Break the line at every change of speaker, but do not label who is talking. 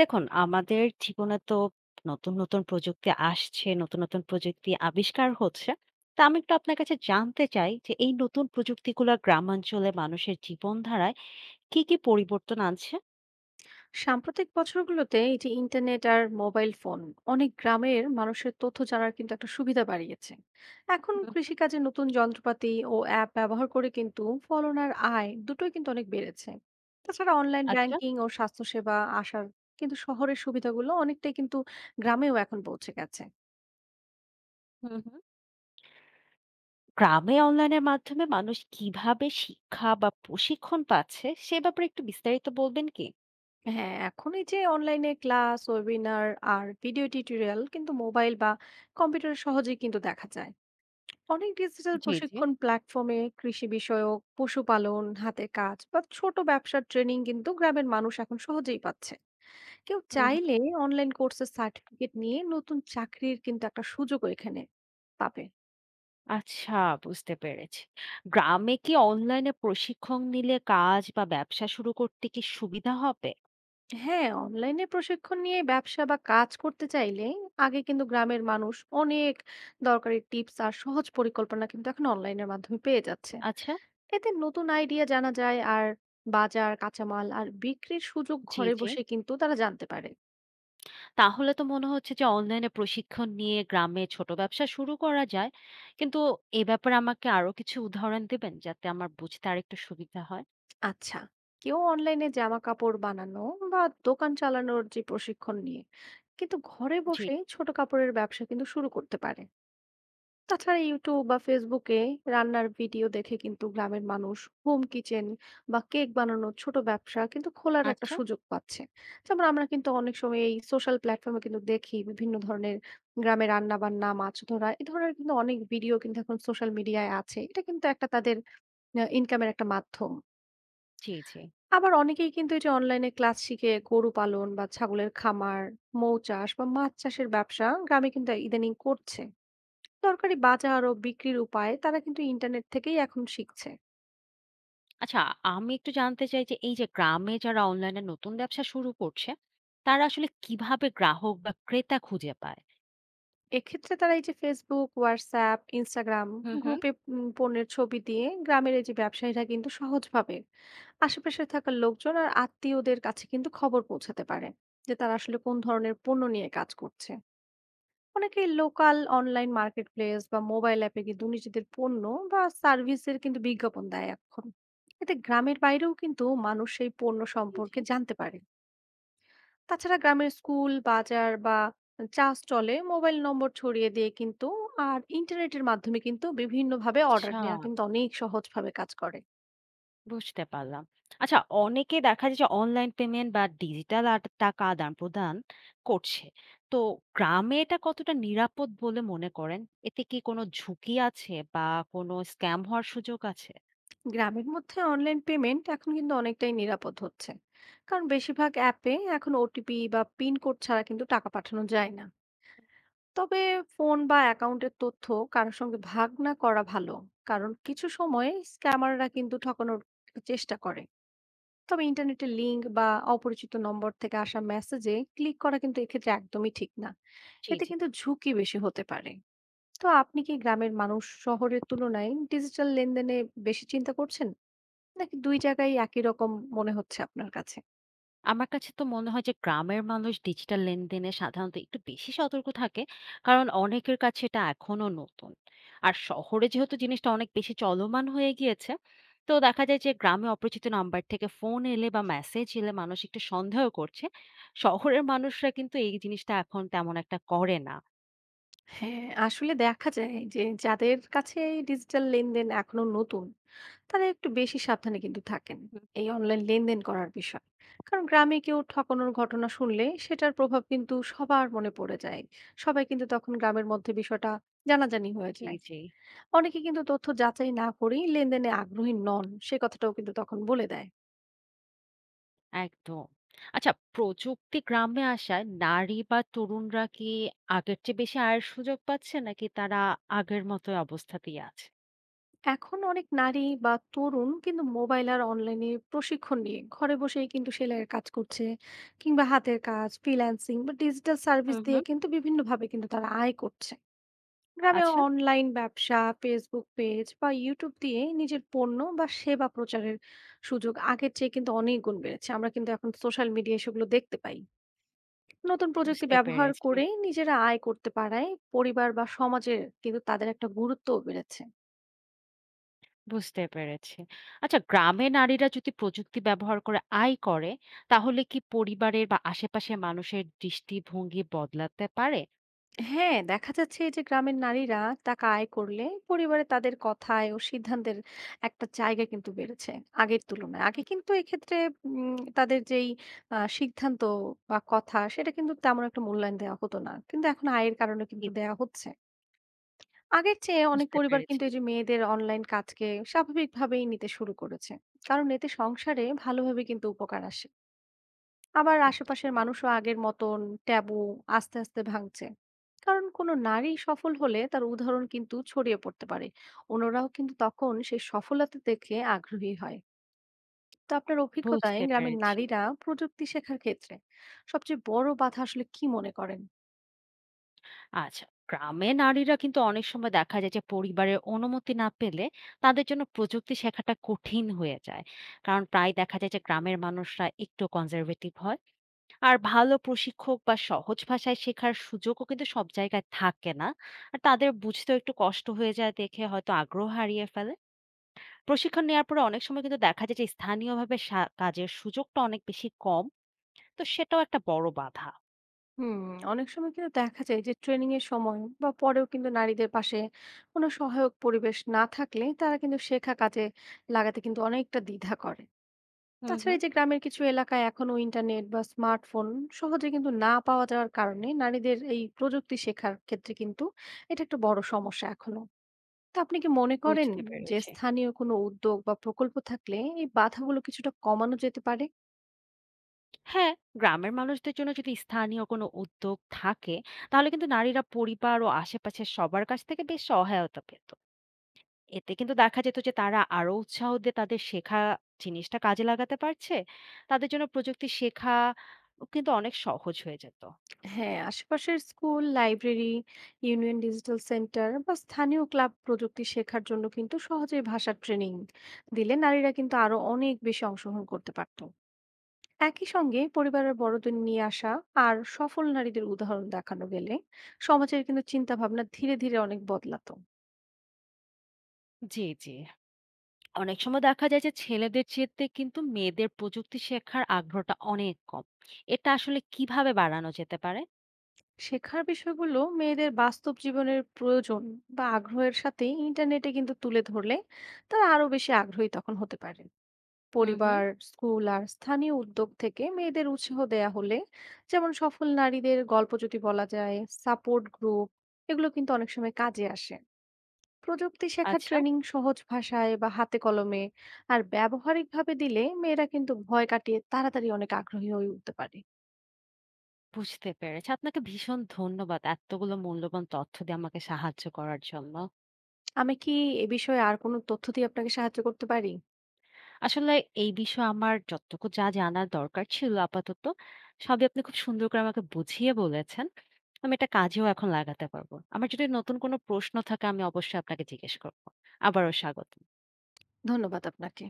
দেখুন, আমাদের জীবনে তো নতুন প্রযুক্তি আসছে, নতুন প্রযুক্তি আবিষ্কার হচ্ছে। তো আমি একটু আপনার কাছে জানতে চাই যে এই নতুন প্রযুক্তিগুলা গ্রামাঞ্চলে মানুষের জীবনধারায় কি পরিবর্তন আনছে?
সাম্প্রতিক বছরগুলোতে এই যে ইন্টারনেট আর মোবাইল ফোন অনেক গ্রামের মানুষের তথ্য জানার কিন্তু একটা সুবিধা বাড়িয়েছে। এখন
হুম।
কৃষিকাজে নতুন যন্ত্রপাতি ও অ্যাপ ব্যবহার করে কিন্তু ফলন আর আয় দুটোই কিন্তু অনেক বেড়েছে। তাছাড়া অনলাইন
আচ্ছা।
ব্যাংকিং ও স্বাস্থ্যসেবা আসার কিন্তু শহরের সুবিধাগুলো অনেকটাই কিন্তু গ্রামেও এখন পৌঁছে গেছে।
হুম, হুম। গ্রামে অনলাইনের মাধ্যমে মানুষ কিভাবে শিক্ষা বা প্রশিক্ষণ পাচ্ছে সে ব্যাপারে একটু বিস্তারিত বলবেন কি?
হ্যাঁ, এখন এই যে অনলাইনে ক্লাস, ওয়েবিনার আর ভিডিও টিউটোরিয়াল কিন্তু মোবাইল বা কম্পিউটারে সহজেই কিন্তু দেখা যায়। অনেক ডিজিটাল
জি, জি।
প্রশিক্ষণ প্ল্যাটফর্মে কৃষি বিষয়ক, পশুপালন, হাতের কাজ বা ছোট ব্যবসার ট্রেনিং কিন্তু গ্রামের মানুষ এখন সহজেই পাচ্ছে। কেউ
হুম, হুম।
চাইলে অনলাইন কোর্সের সার্টিফিকেট নিয়ে নতুন চাকরির কিন্তু একটা সুযোগ এখানে পাবে।
আচ্ছা, বুঝতে পেরেছি। গ্রামে কি অনলাইনে প্রশিক্ষণ নিলে কাজ বা ব্যবসা শুরু করতে কি সুবিধা হবে?
হ্যাঁ, অনলাইনে প্রশিক্ষণ নিয়ে ব্যবসা বা কাজ করতে চাইলে আগে কিন্তু গ্রামের মানুষ অনেক দরকারি টিপস আর সহজ পরিকল্পনা কিন্তু এখন অনলাইনের মাধ্যমে পেয়ে যাচ্ছে।
আচ্ছা।
এতে নতুন আইডিয়া জানা যায় আর বাজার, কাঁচামাল আর বিক্রির সুযোগ
জি,
ঘরে
জি।
বসে কিন্তু তারা জানতে পারে।
তাহলে তো মনে হচ্ছে যে অনলাইনে প্রশিক্ষণ নিয়ে গ্রামে ছোট ব্যবসা শুরু করা যায়। কিন্তু এ ব্যাপারে আমাকে আরো কিছু উদাহরণ দিবেন যাতে আমার বুঝতে আরেকটু সুবিধা হয়?
আচ্ছা, কেউ অনলাইনে জামা কাপড় বানানো বা দোকান চালানোর যে প্রশিক্ষণ নিয়ে কিন্তু ঘরে
জি।
বসে ছোট কাপড়ের ব্যবসা কিন্তু শুরু করতে পারে। তাছাড়া YouTube বা Facebook এ রান্নার ভিডিও দেখে কিন্তু গ্রামের মানুষ হোম কিচেন বা কেক বানানোর ছোট ব্যবসা কিন্তু খোলার একটা
আচ্ছা।
সুযোগ পাচ্ছে। যেমন আমরা কিন্তু অনেক সময় এই সোশ্যাল প্ল্যাটফর্মে কিন্তু দেখি বিভিন্ন ধরনের, গ্রামে রান্না-বান্না, মাছ ধরা এ ধরনের কিন্তু অনেক ভিডিও কিন্তু এখন সোশ্যাল মিডিয়ায় আছে। এটা কিন্তু একটা তাদের ইনকামের একটা মাধ্যম।
জি, জি।
আবার অনেকেই কিন্তু এই যে অনলাইনে ক্লাস শিখে গরু পালন বা ছাগলের খামার, মৌ চাষ বা মাছ চাষের ব্যবসা গ্রামে কিন্তু ইদানিং করছে। দরকারি বাজার ও বিক্রির উপায় তারা কিন্তু ইন্টারনেট থেকেই এখন শিখছে।
আচ্ছা, আমি একটু জানতে চাই যে এই যে গ্রামে যারা অনলাইনে নতুন ব্যবসা শুরু করছে, তারা আসলে কিভাবে গ্রাহক বা ক্রেতা খুঁজে পায়?
এক্ষেত্রে তারা এই যে ফেসবুক, হোয়াটসঅ্যাপ, ইনস্টাগ্রাম
হুম, হুম।
গ্রুপে পণ্যের ছবি দিয়ে গ্রামের এই যে ব্যবসায়ীরা কিন্তু সহজভাবে আশেপাশে থাকা লোকজন আর আত্মীয়দের কাছে কিন্তু খবর পৌঁছাতে পারে যে তারা আসলে কোন ধরনের পণ্য নিয়ে কাজ করছে। অনেকে লোকাল অনলাইন মার্কেট প্লেস বা মোবাইল অ্যাপে কিন্তু নিজেদের পণ্য বা সার্ভিসের কিন্তু বিজ্ঞাপন দেয় এখন। এতে গ্রামের বাইরেও কিন্তু মানুষ সেই পণ্য
জি, জি।
সম্পর্কে জানতে পারে। তাছাড়া গ্রামের স্কুল, বাজার বা চা স্টলে মোবাইল নম্বর ছড়িয়ে দিয়ে কিন্তু আর ইন্টারনেটের মাধ্যমে কিন্তু বিভিন্নভাবে অর্ডার
আচ্ছা।
নেওয়া কিন্তু অনেক সহজভাবে কাজ করে।
বুঝতে পারলাম। আচ্ছা, অনেকে দেখা যায় যে অনলাইন পেমেন্ট বা ডিজিটাল আট টাকা আদান-প্রদান করছে। তো গ্রামে এটা কতটা নিরাপদ বলে মনে করেন? এতে কি কোনো ঝুঁকি আছে বা কোনো স্ক্যাম হওয়ার সুযোগ আছে?
গ্রামের মধ্যে অনলাইন পেমেন্ট এখন কিন্তু অনেকটাই নিরাপদ হচ্ছে। কারণ বেশিরভাগ অ্যাপে এখন ওটিপি বা পিন কোড ছাড়া কিন্তু টাকা পাঠানো যায় না। তবে ফোন বা অ্যাকাউন্টের তথ্য কারো সঙ্গে ভাগ না করা ভালো। কারণ কিছু সময়ে স্ক্যামাররা কিন্তু ঠকানোর চেষ্টা করে। তবে ইন্টারনেটের লিঙ্ক বা অপরিচিত নম্বর থেকে আসা মেসেজে ক্লিক করা কিন্তু এক্ষেত্রে একদমই ঠিক না।
জি,
এতে
জি।
কিন্তু ঝুঁকি বেশি হতে পারে। তো আপনি কি গ্রামের মানুষ শহরের তুলনায় ডিজিটাল লেনদেনে বেশি চিন্তা করছেন, নাকি দুই জায়গায় একই রকম মনে হচ্ছে আপনার কাছে?
আমার কাছে তো মনে হয় যে গ্রামের মানুষ ডিজিটাল লেনদেনে সাধারণত একটু বেশি সতর্ক থাকে, কারণ অনেকের কাছে এটা এখনো নতুন। আর শহরে যেহেতু জিনিসটা অনেক বেশি চলমান হয়ে গিয়েছে, তো দেখা যায় যে গ্রামে অপরিচিত নাম্বার থেকে ফোন এলে বা মেসেজ এলে মানুষ একটু সন্দেহ করছে। শহরের মানুষরা কিন্তু এই জিনিসটা এখন তেমন একটা করে না।
হ্যাঁ, আসলে দেখা যায় যে যাদের কাছে এই ডিজিটাল লেনদেন এখনো নতুন, তারা একটু বেশি সাবধানে কিন্তু থাকেন
হুম।
এই অনলাইন লেনদেন করার বিষয়। কারণ গ্রামে কেউ ঠকানোর ঘটনা শুনলে সেটার প্রভাব কিন্তু সবার মনে পড়ে যায়। সবাই কিন্তু তখন গ্রামের মধ্যে বিষয়টা জানাজানি হয়ে
জি,
যায়।
জি।
অনেকে কিন্তু তথ্য যাচাই না করেই লেনদেনে আগ্রহী নন সে কথাটাও কিন্তু তখন বলে দেয়।
একদম। আচ্ছা, প্রযুক্তি গ্রামে আসায় নারী বা তরুণরা কি আগের চেয়ে বেশি আয়ের সুযোগ পাচ্ছে নাকি তারা আগের মতোই অবস্থাতেই আছে?
এখন অনেক নারী বা তরুণ কিন্তু মোবাইল আর অনলাইনে প্রশিক্ষণ নিয়ে ঘরে বসেই কিন্তু সেলাইয়ের কাজ করছে, কিংবা হাতের কাজ, ফ্রিল্যান্সিং বা ডিজিটাল সার্ভিস
হুম,
দিয়ে
হুম।
কিন্তু বিভিন্নভাবে কিন্তু তারা আয় করছে। গ্রামে
আচ্ছা।
অনলাইন ব্যবসা, ফেসবুক পেজ বা ইউটিউব দিয়ে নিজের পণ্য বা সেবা প্রচারের সুযোগ আগের চেয়ে কিন্তু অনেক গুণ বেড়েছে। আমরা কিন্তু এখন সোশ্যাল মিডিয়ায় সেগুলো দেখতে পাই। নতুন প্রযুক্তি
বুঝতে
ব্যবহার
পেরেছি,
করে নিজেরা আয় করতে পারায় পরিবার বা সমাজের কিন্তু তাদের একটা গুরুত্বও বেড়েছে।
বুঝতে পেরেছি। আচ্ছা, গ্রামে নারীরা যদি প্রযুক্তি ব্যবহার করে আয় করে তাহলে কি পরিবারের বা আশেপাশের মানুষের দৃষ্টিভঙ্গি বদলাতে পারে?
হ্যাঁ, দেখা যাচ্ছে এই যে গ্রামের নারীরা টাকা আয় করলে পরিবারে তাদের কথায় ও সিদ্ধান্তের একটা জায়গা কিন্তু বেড়েছে আগের তুলনায়। আগে কিন্তু এক্ষেত্রে তাদের যেই সিদ্ধান্ত বা কথা সেটা কিন্তু তেমন একটা মূল্যায়ন দেওয়া হতো না, কিন্তু এখন আয়ের কারণে
জি।
কিন্তু দেওয়া হচ্ছে। আগের চেয়ে অনেক
বুঝতে
পরিবার
পেরেছি।
কিন্তু এই যে মেয়েদের অনলাইন কাজকে স্বাভাবিকভাবেই নিতে শুরু করেছে। কারণ এতে সংসারে ভালোভাবে কিন্তু উপকার আসে। আবার
আচ্ছা,
আশেপাশের মানুষও আগের মতন ট্যাবু আস্তে আস্তে ভাঙছে। কারণ কোনো নারী সফল হলে তার উদাহরণ কিন্তু ছড়িয়ে পড়তে পারে, অন্যরাও কিন্তু তখন সেই সফলতা দেখে আগ্রহী হয়। তো আপনার অভিজ্ঞতায়
বুঝতে
গ্রামের
পেরেছি।
নারীরা প্রযুক্তি শেখার ক্ষেত্রে সবচেয়ে বড় বাধা আসলে কি মনে করেন?
আচ্ছা, গ্রামে নারীরা কিন্তু অনেক সময় দেখা যায় যে পরিবারের অনুমতি না পেলে তাদের জন্য প্রযুক্তি শেখাটা কঠিন হয়ে যায়। কারণ প্রায় দেখা যায় যে গ্রামের মানুষরা একটু কনজারভেটিভ হয়। আর ভালো প্রশিক্ষক বা সহজ ভাষায় শেখার সুযোগও কিন্তু সব জায়গায় থাকে না। আর তাদের বুঝতেও একটু কষ্ট হয়ে যায় দেখে হয়তো আগ্রহ হারিয়ে ফেলে। প্রশিক্ষণ নেওয়ার পরে অনেক সময় কিন্তু দেখা যায় যে স্থানীয়ভাবে কাজের সুযোগটা অনেক বেশি কম। তো সেটাও একটা বড় বাধা।
হুম, অনেক সময় কিন্তু দেখা যায় যে ট্রেনিং এর সময় বা পরেও কিন্তু নারীদের পাশে কোনো সহায়ক পরিবেশ না থাকলে তারা কিন্তু শেখা কাজে লাগাতে কিন্তু অনেকটা দ্বিধা করে।
হুম,
তাছাড়া
হুম।
এই যে গ্রামের কিছু এলাকায় এখনো ইন্টারনেট বা স্মার্টফোন সহজে কিন্তু না পাওয়া যাওয়ার কারণে নারীদের এই প্রযুক্তি শেখার ক্ষেত্রে কিন্তু এটা একটা বড় সমস্যা এখনো। তো আপনি কি মনে করেন
বুঝতে
যে
পেরেছি।
স্থানীয় কোনো উদ্যোগ বা প্রকল্প থাকলে এই বাধাগুলো কিছুটা কমানো যেতে পারে?
হ্যাঁ, গ্রামের মানুষদের জন্য যদি স্থানীয় কোনো উদ্যোগ থাকে, তাহলে কিন্তু নারীরা পরিবার ও আশেপাশের সবার কাছ থেকে বেশ সহায়তা পেত। এতে কিন্তু দেখা যেত যে তারা আরো উৎসাহ দিয়ে তাদের শেখা জিনিসটা কাজে লাগাতে পারছে। তাদের জন্য প্রযুক্তি শেখা কিন্তু অনেক সহজ হয়ে যেত।
হ্যাঁ, আশেপাশের school, library, union digital centre বা স্থানীয় ক্লাব প্রযুক্তি শেখার জন্য কিন্তু সহজে ভাষার ট্রেনিং দিলে নারীরা কিন্তু আরো অনেক বেশি অংশগ্রহণ করতে পারত। একই সঙ্গে পরিবারের বড়দের নিয়ে আসা আর সফল নারীদের উদাহরণ দেখানো গেলে সমাজের কিন্তু চিন্তা ভাবনা ধীরে ধীরে অনেক বদলাতো।
জি, জি। অনেক সময় দেখা যায় যে ছেলেদের চেয়ে কিন্তু মেয়েদের প্রযুক্তি শেখার আগ্রহটা অনেক কম। এটা আসলে কিভাবে বাড়ানো যেতে পারে?
শেখার বিষয়গুলো মেয়েদের বাস্তব জীবনের প্রয়োজন বা আগ্রহের সাথে ইন্টারনেটে কিন্তু তুলে ধরলে তারা আরো বেশি আগ্রহী তখন হতে পারেন।
হুম, হুম।
পরিবার, স্কুল আর স্থানীয় উদ্যোগ থেকে মেয়েদের উৎসাহ দেয়া হলে, যেমন সফল নারীদের গল্প যদি বলা যায়, সাপোর্ট গ্রুপ, এগুলো কিন্তু অনেক সময় কাজে আসে। প্রযুক্তি শেখার
আচ্ছা।
ট্রেনিং সহজ ভাষায় বা হাতে কলমে আর ব্যবহারিকভাবে দিলে মেয়েরা কিন্তু ভয় কাটিয়ে তাড়াতাড়ি অনেক আগ্রহী হয়ে উঠতে পারে।
বুঝতে পেরেছি। আপনাকে ভীষণ ধন্যবাদ এতগুলো মূল্যবান তথ্য দিয়ে আমাকে সাহায্য করার জন্য।
আমি কি এ বিষয়ে আর কোনো তথ্য দিয়ে আপনাকে সাহায্য করতে পারি?
আসলে এই বিষয়ে আমার যতটুকু যা জানার দরকার ছিল আপাতত, সবই আপনি খুব সুন্দর করে আমাকে বুঝিয়ে বলেছেন। আমি এটা কাজেও এখন লাগাতে পারব। আমার যদি নতুন কোনো প্রশ্ন থাকে আমি অবশ্যই আপনাকে জিজ্ঞেস করব। আবারও স্বাগতম।
ধন্যবাদ আপনাকে।